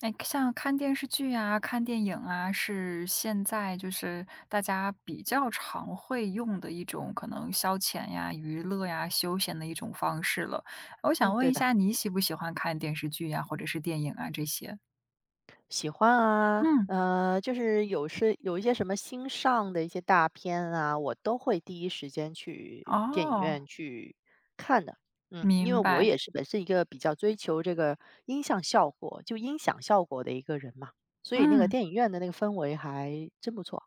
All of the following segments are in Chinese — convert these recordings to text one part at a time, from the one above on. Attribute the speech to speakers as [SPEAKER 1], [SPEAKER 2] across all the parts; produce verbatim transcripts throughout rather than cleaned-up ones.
[SPEAKER 1] 哎，像看电视剧啊、看电影啊，是现在就是大家比较常会用的一种可能消遣呀、娱乐呀、休闲的一种方式了。我
[SPEAKER 2] 嗯，
[SPEAKER 1] 想问
[SPEAKER 2] 对
[SPEAKER 1] 一
[SPEAKER 2] 的，
[SPEAKER 1] 下，你喜不喜欢看电视剧呀，或者是电影啊这些？
[SPEAKER 2] 喜欢啊，
[SPEAKER 1] 嗯，
[SPEAKER 2] 呃，就是有是有一些什么新上的一些大片啊，我都会第一时间去电影
[SPEAKER 1] 哦，
[SPEAKER 2] 院去看的。嗯，因为
[SPEAKER 1] 明
[SPEAKER 2] 我
[SPEAKER 1] 白，
[SPEAKER 2] 也是本身一个比较追求这个音像效果，就音响效果的一个人嘛，所以那个
[SPEAKER 1] 嗯，
[SPEAKER 2] 电影院的那个氛围还真不错。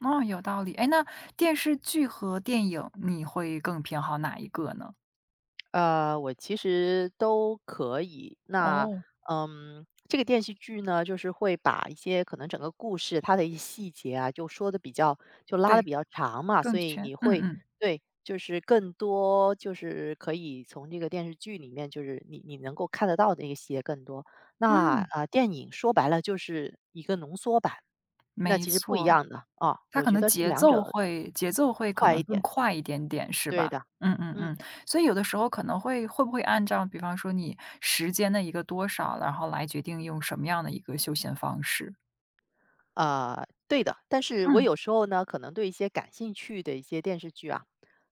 [SPEAKER 1] 哦，有道理。哎，那电视剧和电影你会更偏好哪一个呢？
[SPEAKER 2] 呃，我其实都可以。那
[SPEAKER 1] 哦，
[SPEAKER 2] 嗯，这个电视剧呢，就是会把一些可能整个故事它的一些细节啊，就说的比较就拉的
[SPEAKER 1] 对，
[SPEAKER 2] 比较长嘛，所
[SPEAKER 1] 更
[SPEAKER 2] 以
[SPEAKER 1] 全，
[SPEAKER 2] 你
[SPEAKER 1] 嗯
[SPEAKER 2] 会
[SPEAKER 1] 嗯
[SPEAKER 2] 对，就是更多就是可以从这个电视剧里面，就是你你能够看得到的一些更多。那啊、
[SPEAKER 1] 嗯，
[SPEAKER 2] 呃电影说白了就是一个浓缩版，那
[SPEAKER 1] 没
[SPEAKER 2] 其实不一
[SPEAKER 1] 错。
[SPEAKER 2] 样的啊、
[SPEAKER 1] 它
[SPEAKER 2] 我
[SPEAKER 1] 可
[SPEAKER 2] 觉
[SPEAKER 1] 能
[SPEAKER 2] 得这
[SPEAKER 1] 节
[SPEAKER 2] 两
[SPEAKER 1] 奏
[SPEAKER 2] 者
[SPEAKER 1] 会节奏会可
[SPEAKER 2] 快一
[SPEAKER 1] 能更
[SPEAKER 2] 点，
[SPEAKER 1] 快一点点，是
[SPEAKER 2] 对
[SPEAKER 1] 吧？
[SPEAKER 2] 的，
[SPEAKER 1] 嗯嗯
[SPEAKER 2] 嗯。
[SPEAKER 1] 嗯，所以有的时候可能会会不会按照比方说你时间的一个多少，然后来决定用什么样的一个休闲方式？
[SPEAKER 2] 啊，对的，但是我
[SPEAKER 1] 嗯，
[SPEAKER 2] 有时候呢，可能对一些感兴趣的一些电视剧啊，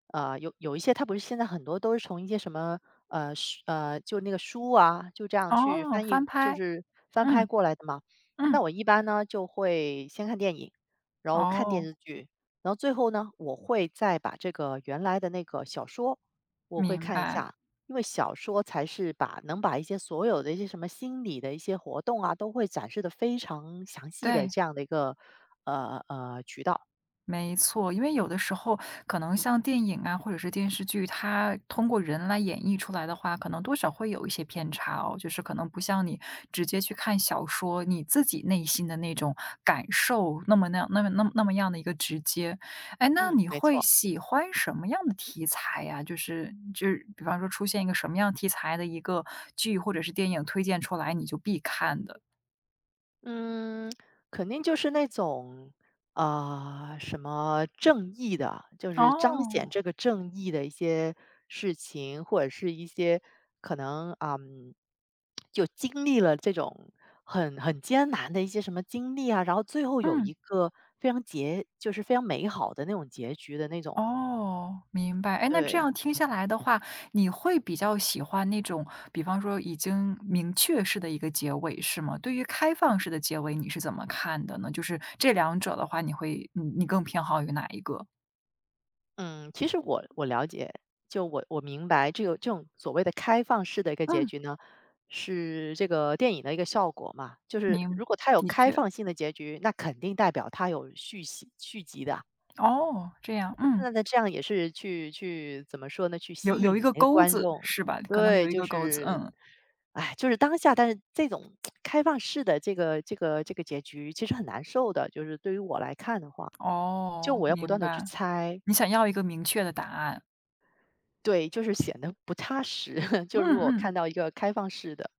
[SPEAKER 2] 呃，有有一些它不是现在很多都是从一些什么呃书呃就那个书啊，就这样去
[SPEAKER 1] 哦，
[SPEAKER 2] 翻
[SPEAKER 1] 翻
[SPEAKER 2] 译，就
[SPEAKER 1] 拍，
[SPEAKER 2] 是翻拍
[SPEAKER 1] 嗯
[SPEAKER 2] 过来的嘛。那
[SPEAKER 1] 嗯，
[SPEAKER 2] 我一般呢就会先看电影，然后看电
[SPEAKER 1] 哦，
[SPEAKER 2] 视剧，然后最后呢，我会再把这个原来的那个小说我会
[SPEAKER 1] 明
[SPEAKER 2] 看一
[SPEAKER 1] 白，
[SPEAKER 2] 下，因为小说才是把能把一些所有的一些什么心理的一些活动啊，都会展示的非常详细的
[SPEAKER 1] 对。
[SPEAKER 2] 这样的一个，呃，呃，渠道。
[SPEAKER 1] 没错，因为有的时候可能像电影啊，或者是电视剧，它通过人来演绎出来的话，可能多少会有一些偏差哦。就是可能不像你直接去看小说，你自己内心的那种感受，那么那样、那么、那么、那么样的一个直接。哎，那
[SPEAKER 2] 嗯，
[SPEAKER 1] 你
[SPEAKER 2] 没
[SPEAKER 1] 会
[SPEAKER 2] 错。
[SPEAKER 1] 喜欢什么样的题材呀？就是就是比方说出现一个什么样题材的一个剧或者是电影推荐出来，你就必看的。
[SPEAKER 2] 嗯，肯定就是那种，啊、什么正义的，就是彰显
[SPEAKER 1] 哦，
[SPEAKER 2] 这个正义的一些事情，或者是一些可能，啊，嗯就经历了这种很很艰难的一些什么经历啊，然后最后有一
[SPEAKER 1] 嗯。
[SPEAKER 2] 个非常结，就是非常美好的那种结局的那种，
[SPEAKER 1] 哦，明白。哎，那这
[SPEAKER 2] 对。
[SPEAKER 1] 样听下来的话，你会比较喜欢那种，比方说已经明确式的一个结尾，是吗？对于开放式的结尾，你是怎么看的呢？就是这两者的话，你会，你你更偏好于哪一个？
[SPEAKER 2] 嗯，其实我我了解，就我我明白这个这种所谓的开放式的一个结
[SPEAKER 1] 嗯，
[SPEAKER 2] 局呢，是这个电影的一个效果嘛。就是如
[SPEAKER 1] 明，
[SPEAKER 2] 果它有
[SPEAKER 1] 的
[SPEAKER 2] 开
[SPEAKER 1] 确。
[SPEAKER 2] 放性的结局，那肯定代表它有续集续集的啊。
[SPEAKER 1] 哦，这样，嗯，
[SPEAKER 2] 那那这样也是去去怎么说呢？去
[SPEAKER 1] 留
[SPEAKER 2] 吸引
[SPEAKER 1] 留一
[SPEAKER 2] 你
[SPEAKER 1] 个
[SPEAKER 2] 那个
[SPEAKER 1] 钩
[SPEAKER 2] 观
[SPEAKER 1] 子
[SPEAKER 2] 众。
[SPEAKER 1] 是吧？可能
[SPEAKER 2] 对，
[SPEAKER 1] 留一
[SPEAKER 2] 就
[SPEAKER 1] 个钩子，
[SPEAKER 2] 是，
[SPEAKER 1] 嗯，
[SPEAKER 2] 哎，就是当下，但是这种 开放式的这个这个这个结局其实很难受的，就是对于我来看的话，就
[SPEAKER 1] 哦，
[SPEAKER 2] 我要不
[SPEAKER 1] 明
[SPEAKER 2] 断的去
[SPEAKER 1] 白。
[SPEAKER 2] 猜，
[SPEAKER 1] 你想要一个明确的答案，
[SPEAKER 2] 对，就是显得不踏实。就
[SPEAKER 1] 嗯
[SPEAKER 2] 如果看
[SPEAKER 1] 嗯，
[SPEAKER 2] 到一个开放式的，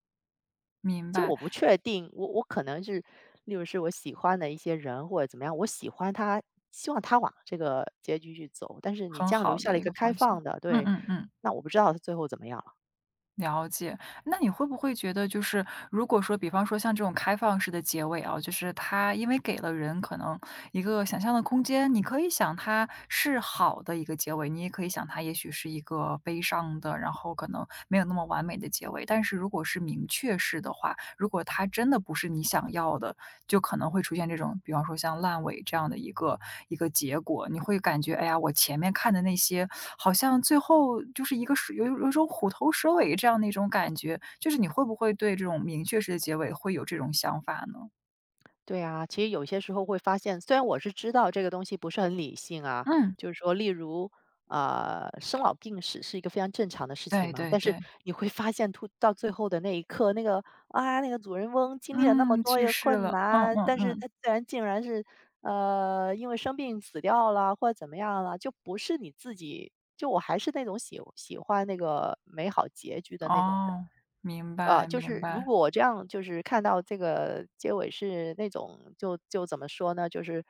[SPEAKER 1] 明
[SPEAKER 2] 就
[SPEAKER 1] 白，
[SPEAKER 2] 我不确定，我我可能是，例如是我喜欢的一些人或者怎么样，我喜欢他，希望他往这个结局去走。但是你
[SPEAKER 1] 很
[SPEAKER 2] 这样留
[SPEAKER 1] 好
[SPEAKER 2] 下了
[SPEAKER 1] 的
[SPEAKER 2] 一
[SPEAKER 1] 一
[SPEAKER 2] 个
[SPEAKER 1] 个
[SPEAKER 2] 开
[SPEAKER 1] 方向，
[SPEAKER 2] 放的，
[SPEAKER 1] 嗯
[SPEAKER 2] 对，
[SPEAKER 1] 嗯嗯。
[SPEAKER 2] 那我不知道他最后怎么样。
[SPEAKER 1] 了解，那你会不会觉得，就是如果说，比方说像这种开放式的结尾啊，就是它因为给了人可能一个想象的空间，你可以想它是好的一个结尾，你也可以想它也许是一个悲伤的，然后可能没有那么完美的结尾。但是如果是明确式的话，如果它真的不是你想要的，就可能会出现这种，比方说像烂尾这样的一个一个结果，你会感觉，哎呀，我前面看的那些好像最后就是一个是有有一种虎头蛇尾这样的一种感觉，就是你会不会对这种明确式的结尾会有这种想法呢？
[SPEAKER 2] 对啊，其实有些时候会发现，虽然我是知道这个东西不是很理性啊，
[SPEAKER 1] 嗯，
[SPEAKER 2] 就是说，例如，呃，生老病死是一个非常正常的事情
[SPEAKER 1] 对
[SPEAKER 2] 嘛，
[SPEAKER 1] 对
[SPEAKER 2] 但是
[SPEAKER 1] 对，
[SPEAKER 2] 你会发现，突到最后的那一刻，那个啊，那个主人翁经历了那么
[SPEAKER 1] 嗯，
[SPEAKER 2] 多
[SPEAKER 1] 去
[SPEAKER 2] 的
[SPEAKER 1] 世
[SPEAKER 2] 困
[SPEAKER 1] 了，嗯
[SPEAKER 2] 难，
[SPEAKER 1] 嗯
[SPEAKER 2] 但是
[SPEAKER 1] 嗯，
[SPEAKER 2] 他自然竟然是呃，因为生病死掉了，或者怎么样了，就不是你自己，就我还是那种喜喜欢那个美好结局的那种人。
[SPEAKER 1] 哦，明
[SPEAKER 2] 啊，
[SPEAKER 1] 白
[SPEAKER 2] 就
[SPEAKER 1] 明
[SPEAKER 2] 是如
[SPEAKER 1] 白，
[SPEAKER 2] 果我这样就是看到这个结尾是那种就就怎么说呢，就是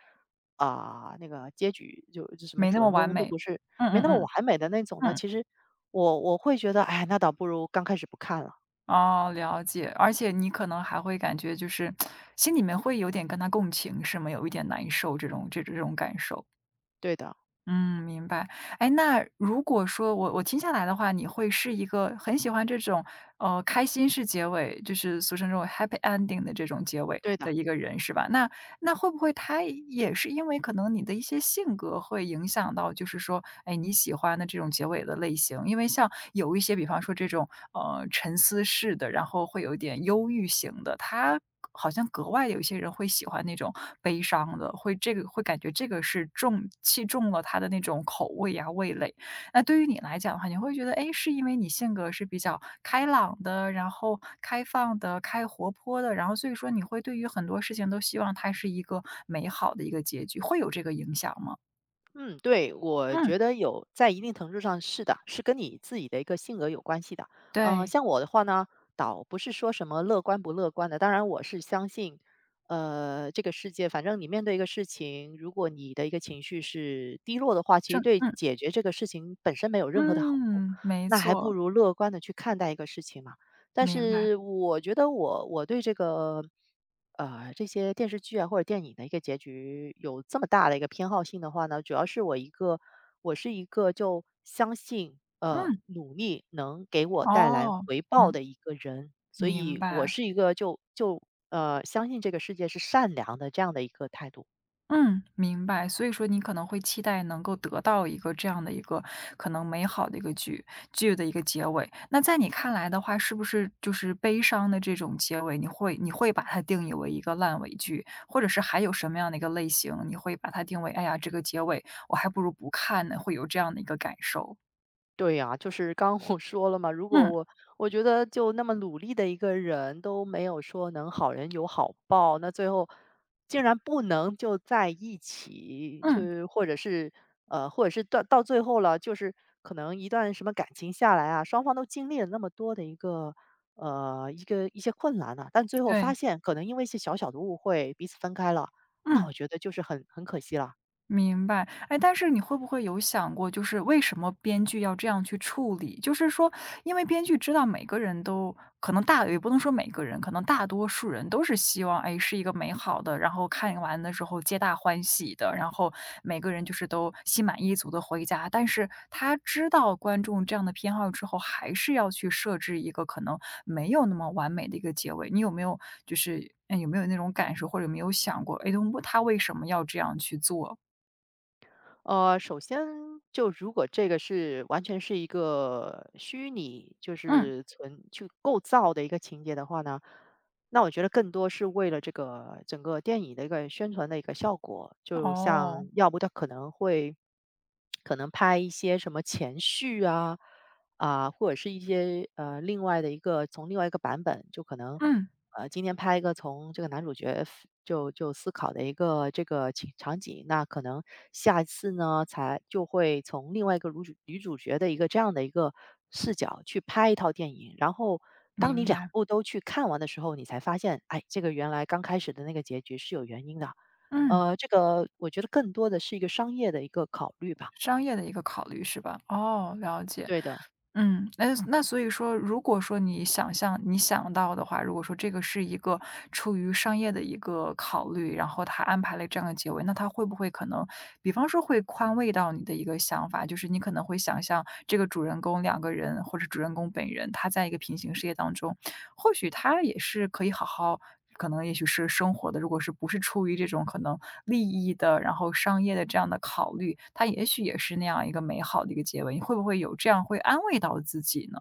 [SPEAKER 2] 啊、那个结局就就什么
[SPEAKER 1] 没那
[SPEAKER 2] 主
[SPEAKER 1] 么
[SPEAKER 2] 人
[SPEAKER 1] 完
[SPEAKER 2] 翁都
[SPEAKER 1] 美，
[SPEAKER 2] 不是
[SPEAKER 1] 嗯
[SPEAKER 2] 没
[SPEAKER 1] 嗯
[SPEAKER 2] 那么
[SPEAKER 1] 嗯
[SPEAKER 2] 完美的那种呢，
[SPEAKER 1] 嗯，
[SPEAKER 2] 其实我我会觉得，哎，那倒不如刚开始不看了。
[SPEAKER 1] 哦，了解，而且你可能还会感觉就是 心里面会有点跟他共情，是吗？有一点难受这种这这种感受。
[SPEAKER 2] 对的，
[SPEAKER 1] 嗯，明白。哎，那如果说我我听下来的话，你会是一个很喜欢这种呃，开心是结尾，就是俗称这种 happy ending 的这种结尾
[SPEAKER 2] 对的。
[SPEAKER 1] 的一个人，是吧？那那会不会他也是因为可能你的一些性格会影响到，就是说，哎，你喜欢的这种结尾的类型？因为像有一些，比方说这种呃沉思式的，然后会有一点忧郁型的，他好像格外有一些人会喜欢那种悲伤的，会这个会感觉这个是重器重了他的那种口味呀、味蕾。那对于你来讲的话，你会觉得，哎，是因为你性格是比较开朗的，然后开放的、开活泼的，然后所以说你会对于很多事情都希望它是一个美好的一个结局，会有这个影响吗？
[SPEAKER 2] 嗯，对，我
[SPEAKER 1] 嗯，
[SPEAKER 2] 觉得有在一定程度上是的，是跟你自己的一个性格有关系的。嗯、
[SPEAKER 1] 对，
[SPEAKER 2] 像我的话呢，倒不是说什么乐观不乐观的，当然我是相信，呃，这个世界，反正你面对一个事情，如果你的一个情绪是低落的话，其
[SPEAKER 1] 正
[SPEAKER 2] 实对
[SPEAKER 1] 嗯，
[SPEAKER 2] 解决这个事情本身没有任何的好处，
[SPEAKER 1] 嗯，没
[SPEAKER 2] 那还不
[SPEAKER 1] 错，
[SPEAKER 2] 如乐观的去看待一个事情嘛。但
[SPEAKER 1] 明白。
[SPEAKER 2] 是我觉得我我对这个。呃，这些电视剧啊或者电影的一个结局有这么大的一个偏好性的话呢，主要是我一个我是一个就相信，呃，
[SPEAKER 1] 嗯，
[SPEAKER 2] 努力能给我带来
[SPEAKER 1] 哦，
[SPEAKER 2] 回报
[SPEAKER 1] 能
[SPEAKER 2] 的一个人，所
[SPEAKER 1] 明
[SPEAKER 2] 以我
[SPEAKER 1] 白。
[SPEAKER 2] 是一个就就，呃，相信这个世界是善良的这样的一个态度。
[SPEAKER 1] 嗯，明白。所以说你可能会期待能够得到一个这样的一个可能美好的一个剧剧的一个结尾。那在你看来的话，是不是就是悲伤的这种结尾，你会你会把它定义为一个烂尾剧，或者是还有什么样的一个类型，你会把它定为，哎呀，这个结尾我还不如不看呢，会有这样的一个感受。
[SPEAKER 2] 对呀，就是刚刚我说了嘛，如果
[SPEAKER 1] 嗯
[SPEAKER 2] 我我觉得就那么努力的一个人都没有说能好人有好报，那最后竟然不能就在一起，就
[SPEAKER 1] 嗯，
[SPEAKER 2] 是或者是呃，或者是到到最后了，就是可能一段什么感情下来啊，双方都经历了那么多的一个呃一个一些困难啊，但最后发
[SPEAKER 1] 对，
[SPEAKER 2] 现可能因为一些小小的误会彼此分开了，那
[SPEAKER 1] 嗯。
[SPEAKER 2] 我觉得就是很很可惜了。
[SPEAKER 1] 明白，哎，但是你会不会有想过，就是为什么编剧要这样去处理？就是说，因为编剧知道每个人都可能大，也不能说每个人，可能大多数人都是希望，哎，是一个美好的，然后看完的时候皆大欢喜的，然后每个人就是都心满意足的回家。但是他知道观众这样的偏好之后，还是要去设置一个可能没有那么完美的一个结尾。你有没有就是，哎，有没有那种感受，或者有没有想过，哎，他为什么要这样去做？
[SPEAKER 2] 呃，首先就如果这个是完全是一个虚拟，就
[SPEAKER 1] 嗯，
[SPEAKER 2] 是存去构造的一个情节的话呢，那我觉得更多是为了这个整个电影的一个宣传的一个效果，就
[SPEAKER 1] 哦，
[SPEAKER 2] 像要不他可能会可能拍一些什么前序啊，啊、或者是一些呃另外的一个从另外一个版本，就可能
[SPEAKER 1] 嗯，
[SPEAKER 2] 呃今天拍一个从这个男主角 f- 就就思考的一个这个情场景，那可能下一次呢才就会从另外一个女主女主角的一个这样的一个视角去拍一套电影，然后。当你
[SPEAKER 1] 明
[SPEAKER 2] 两
[SPEAKER 1] 白，
[SPEAKER 2] 部都去看完的时候，你才发现，哎，这个原来刚开始的那个结局是有原因的，
[SPEAKER 1] 嗯，
[SPEAKER 2] 呃，这个我觉得更多的是一个商业的一个考虑吧。
[SPEAKER 1] 商业的一个考虑是吧？哦，了解，
[SPEAKER 2] 对的，
[SPEAKER 1] 嗯，那那所以说，如果说你想象你想到的话，如果说这个是一个出于商业的一个考虑，然后他安排了这样的结尾，那他会不会可能，比方说会宽慰到你的一个想法，就是你可能会想象这个主人公两个人或者主人公本人，他在一个平行世界当中。或许他也是可以好好可能也许是生活的，如果是不是出于这种可能利益的，然后商业的这样的考虑，他也许也是那样一个美好的一个结尾。你会不会有这样会安慰到自己呢？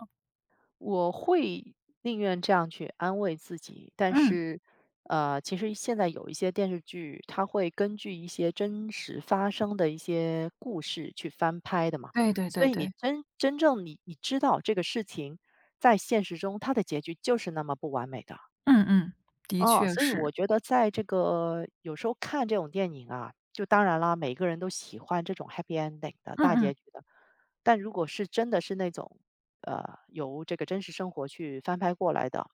[SPEAKER 2] 我会宁愿这样去安慰自己，但
[SPEAKER 1] 嗯，
[SPEAKER 2] 是，呃，其实现在有一些电视剧，它会根据一些真实发生的一些故事去翻拍的嘛，
[SPEAKER 1] 对对
[SPEAKER 2] 所
[SPEAKER 1] 对
[SPEAKER 2] 以你
[SPEAKER 1] 对，
[SPEAKER 2] 真真正你你知道这个事情在现实中它的结局就是那么不完美的。
[SPEAKER 1] 嗯嗯，的
[SPEAKER 2] 哦，
[SPEAKER 1] 确
[SPEAKER 2] 所以我
[SPEAKER 1] 是，
[SPEAKER 2] 觉得在这个有时候看这种电影啊，就当然啦，每个人都喜欢这种 happy ending 的
[SPEAKER 1] 嗯
[SPEAKER 2] 大结
[SPEAKER 1] 嗯
[SPEAKER 2] 局的，但如果是真的是那种呃由这个真实生活去翻拍过来的，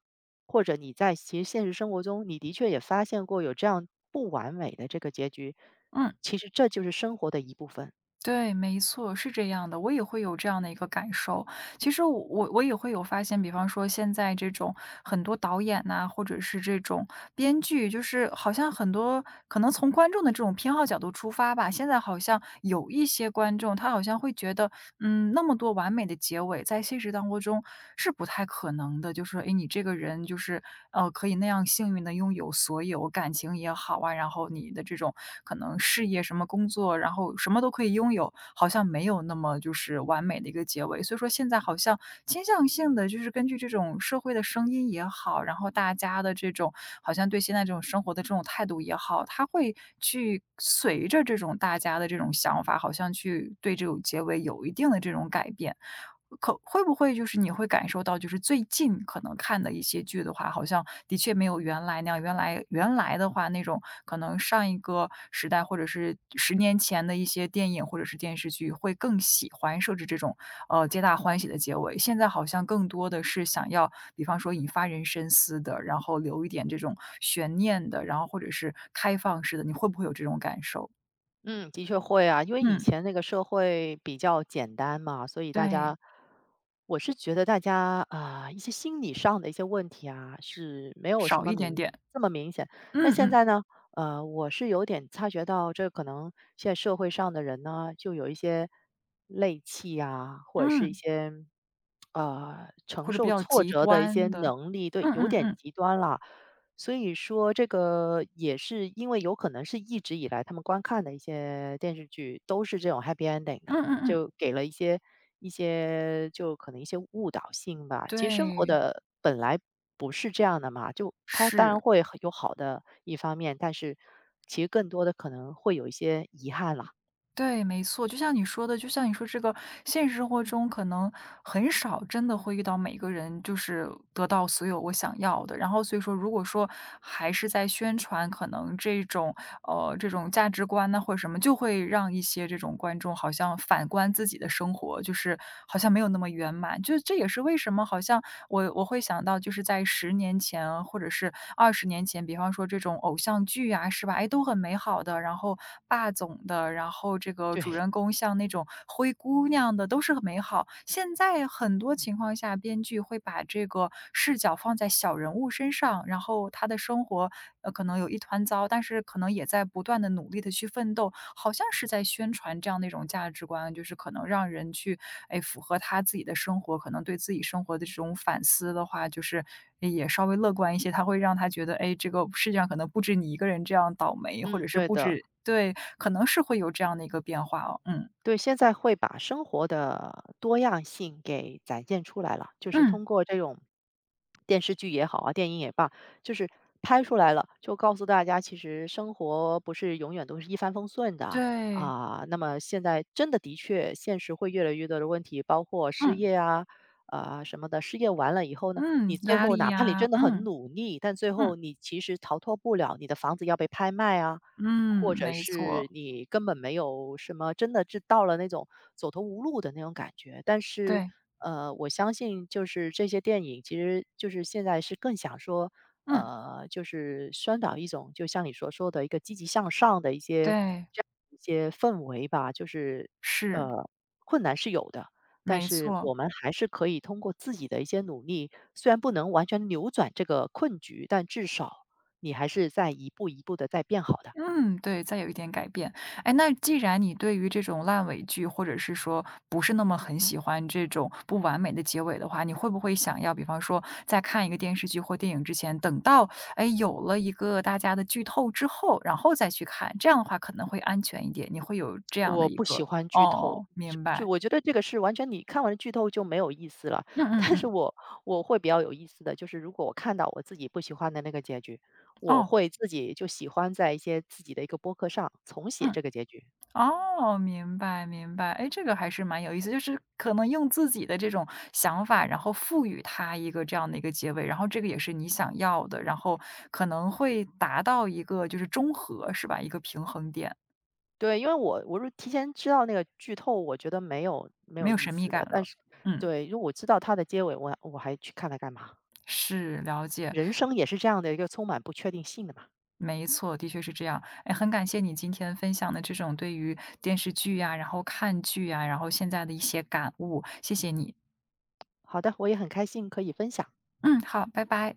[SPEAKER 2] 或者你在其实现实生活中你的确也发现过有这样不完美的这个结局，
[SPEAKER 1] 嗯。
[SPEAKER 2] 其实这就是生活的一部分。
[SPEAKER 1] 对，没错，是这样的，我也会有这样的一个感受。其实我我我也会有发现，比方说现在这种很多导演呐、或者是这种编剧，就是好像很多可能从观众的这种偏好角度出发吧，现在好像有一些观众他好像会觉得嗯，那么多完美的结尾，在现实当中是不太可能的。就是说，诶，你这个人就是，呃，可以那样幸运的拥有所有，感情也好啊，然后你的这种可能事业什么工作，然后什么都可以拥有，好像没有那么就是完美的一个结尾。所以说现在好像倾向性的就是根据这种社会的声音也好，然后大家的这种好像对现在这种生活的这种态度也好，他会去随着这种大家的这种想法，好像好像去对这种结尾有一定的这种改变。可会不会就是你会感受到，就是最近可能看的一些剧的话，好像的确没有原来那样，原来原来的话那种可能上一个时代或者是十年前的一些电影或者是电视剧会更喜欢设置这种，呃，皆大欢喜的结尾。现在好像更多的是想要，比方说引发人深思的，然后留一点这种悬念的，然后或者是开放式的，你会不会有这种感受？
[SPEAKER 2] 嗯，的确会啊，因为以
[SPEAKER 1] 嗯，
[SPEAKER 2] 前那个社会比较简单嘛，所以大
[SPEAKER 1] 对。
[SPEAKER 2] 家，我是觉得大家啊、一些心理上的一些问题啊，是没有什
[SPEAKER 1] 少
[SPEAKER 2] 么
[SPEAKER 1] 一点
[SPEAKER 2] 明
[SPEAKER 1] 点，
[SPEAKER 2] 这么明显。但
[SPEAKER 1] 嗯
[SPEAKER 2] 现
[SPEAKER 1] 嗯
[SPEAKER 2] 在呢，呃，我是有点察觉到，这可能现在社会上的人呢，就有一些戾气啊，或者是一
[SPEAKER 1] 嗯，
[SPEAKER 2] 些呃承
[SPEAKER 1] 或者比
[SPEAKER 2] 受
[SPEAKER 1] 较
[SPEAKER 2] 挫
[SPEAKER 1] 极
[SPEAKER 2] 折的一些
[SPEAKER 1] 端的，
[SPEAKER 2] 能力，对，
[SPEAKER 1] 嗯
[SPEAKER 2] 有
[SPEAKER 1] 嗯
[SPEAKER 2] 点
[SPEAKER 1] 嗯，
[SPEAKER 2] 极端了。所以说这个也是因为有可能是一直以来他们观看的一些电视剧都是这种 happy ending 的，
[SPEAKER 1] 嗯嗯嗯，
[SPEAKER 2] 就给了一些一些就可能一些误导性吧。其实生活
[SPEAKER 1] 对，
[SPEAKER 2] 的本来不是这样的嘛，就它当然
[SPEAKER 1] 是，
[SPEAKER 2] 会很有好的一方面，但是其实更多的可能会有一些遗憾啦。
[SPEAKER 1] 对，没错，就像你说的，就像你说这个现实生活中可能很少真的会遇到每个人就是得到所有我想要的，然后所以说如果说还是在宣传可能这种呃这种价值观呢或者什么，就会让一些这种观众好像反观自己的生活，就是好像没有那么圆满，就是这也是为为什么好像我我会想到就是在十年前或者是二十年前，比方说这种偶像剧啊，是吧？哎，都很美好的，然后霸总的，然后这 个主
[SPEAKER 2] 对，
[SPEAKER 1] 人公像那种灰姑娘的，都是很美好。现在很多情况下，编剧会把这个视角放在小人物身上，然后他的生活，呃，可能。可能有一团糟，但是可能也在不断的努力的去奋斗，好像是在宣传这样的一种价值观，就是可能让人去，哎，符合他自己的生活，可能对自己生活的这种反思的话，就是哎也稍微乐观一些，他会让他觉得，哎，这个世界上可能不止你一个人这样倒霉，或
[SPEAKER 2] 嗯，
[SPEAKER 1] 者是
[SPEAKER 2] 对
[SPEAKER 1] 不
[SPEAKER 2] 的。
[SPEAKER 1] 止对，可能是会有这样的一个变化哦，嗯，
[SPEAKER 2] 对，现在会把生活的多样性给展现出来了，就是
[SPEAKER 1] 嗯，
[SPEAKER 2] 通过这种电视剧也好啊，电影也罢，就是拍出来了，就告诉大家，其实生活不是永远都是一帆风顺的
[SPEAKER 1] 对，
[SPEAKER 2] 啊。那么现在真的的确，现实会越来越多的问题，包括失
[SPEAKER 1] 嗯，
[SPEAKER 2] 业啊。啊、什么的，失业完了以后呢，
[SPEAKER 1] 嗯，
[SPEAKER 2] 你最
[SPEAKER 1] 压
[SPEAKER 2] 后
[SPEAKER 1] 力
[SPEAKER 2] 哪怕你
[SPEAKER 1] 呀，
[SPEAKER 2] 真的很
[SPEAKER 1] 嗯，
[SPEAKER 2] 努力，但最后
[SPEAKER 1] 嗯，
[SPEAKER 2] 你其实逃脱不了，你的房子要被拍卖啊，或
[SPEAKER 1] 嗯，
[SPEAKER 2] 者
[SPEAKER 1] 没错，
[SPEAKER 2] 是你根本没有什么真的是到了那种走投无路的那种感觉。但是，
[SPEAKER 1] 对，
[SPEAKER 2] 呃，我相信就是这些电影，其实就是现在是更想说，
[SPEAKER 1] 嗯，
[SPEAKER 2] 呃，就是宣导一种，就像你所说的一个积极向上的一些
[SPEAKER 1] 对，
[SPEAKER 2] 这样一些氛围吧。就是，
[SPEAKER 1] 是，
[SPEAKER 2] 呃，困难是有的，但
[SPEAKER 1] 没
[SPEAKER 2] 是
[SPEAKER 1] 错。
[SPEAKER 2] 我们还是可以通过自己的一些努力，虽然不能完全扭转这个困局，但至少你还是在一步一步的在变好的。
[SPEAKER 1] 嗯，对，再有一点改变。哎，那既然你对于这种烂尾剧，或者是说不是那么很喜欢这种不完美的结尾的话，你会不会想要，比方说在看一个电视剧或电影之前，等到哎有了一个大家的剧透之后，然后再去看，这样的话可能会安全一点。你会有这样
[SPEAKER 2] 我
[SPEAKER 1] 的一
[SPEAKER 2] 不喜
[SPEAKER 1] 个
[SPEAKER 2] 欢剧透，
[SPEAKER 1] 哦，
[SPEAKER 2] 是
[SPEAKER 1] 明
[SPEAKER 2] 就
[SPEAKER 1] 白，
[SPEAKER 2] 我觉得这个是完全你看完剧透就没有意思了。
[SPEAKER 1] 嗯 嗯
[SPEAKER 2] 但是
[SPEAKER 1] 嗯，
[SPEAKER 2] 我我会比较有意思的就是，如果我看到我自己不喜欢的那个结局，我
[SPEAKER 1] 哦，
[SPEAKER 2] 会自己就喜欢在一些自己的一个播客上重写
[SPEAKER 1] 嗯。
[SPEAKER 2] 这个结局。
[SPEAKER 1] 哦，明白明白。哎，这个还是蛮有意思，就是可能用自己的这种想法，然后赋予它一个这样的一个结尾，然后这个也是你想要的，然后可能会达到一个就是中和，是吧？一个平衡点，
[SPEAKER 2] 对，因为我我是提前知道那个剧透，我觉得没有没有
[SPEAKER 1] 没有
[SPEAKER 2] 意
[SPEAKER 1] 神秘
[SPEAKER 2] 思
[SPEAKER 1] 感
[SPEAKER 2] 的。但
[SPEAKER 1] 了。
[SPEAKER 2] 是
[SPEAKER 1] 嗯，
[SPEAKER 2] 对，如果我知道它的结尾，我我还去看它干嘛？
[SPEAKER 1] 是，了解。
[SPEAKER 2] 人生也是这样的一个充满不确定性的嘛。
[SPEAKER 1] 没错，的确是这样。哎，很感谢你今天分享的这种对于电视剧呀，然后看剧呀，然后现在的一些感悟，谢谢你。
[SPEAKER 2] 好的，我也很开心可以分享。
[SPEAKER 1] 嗯，好，拜拜。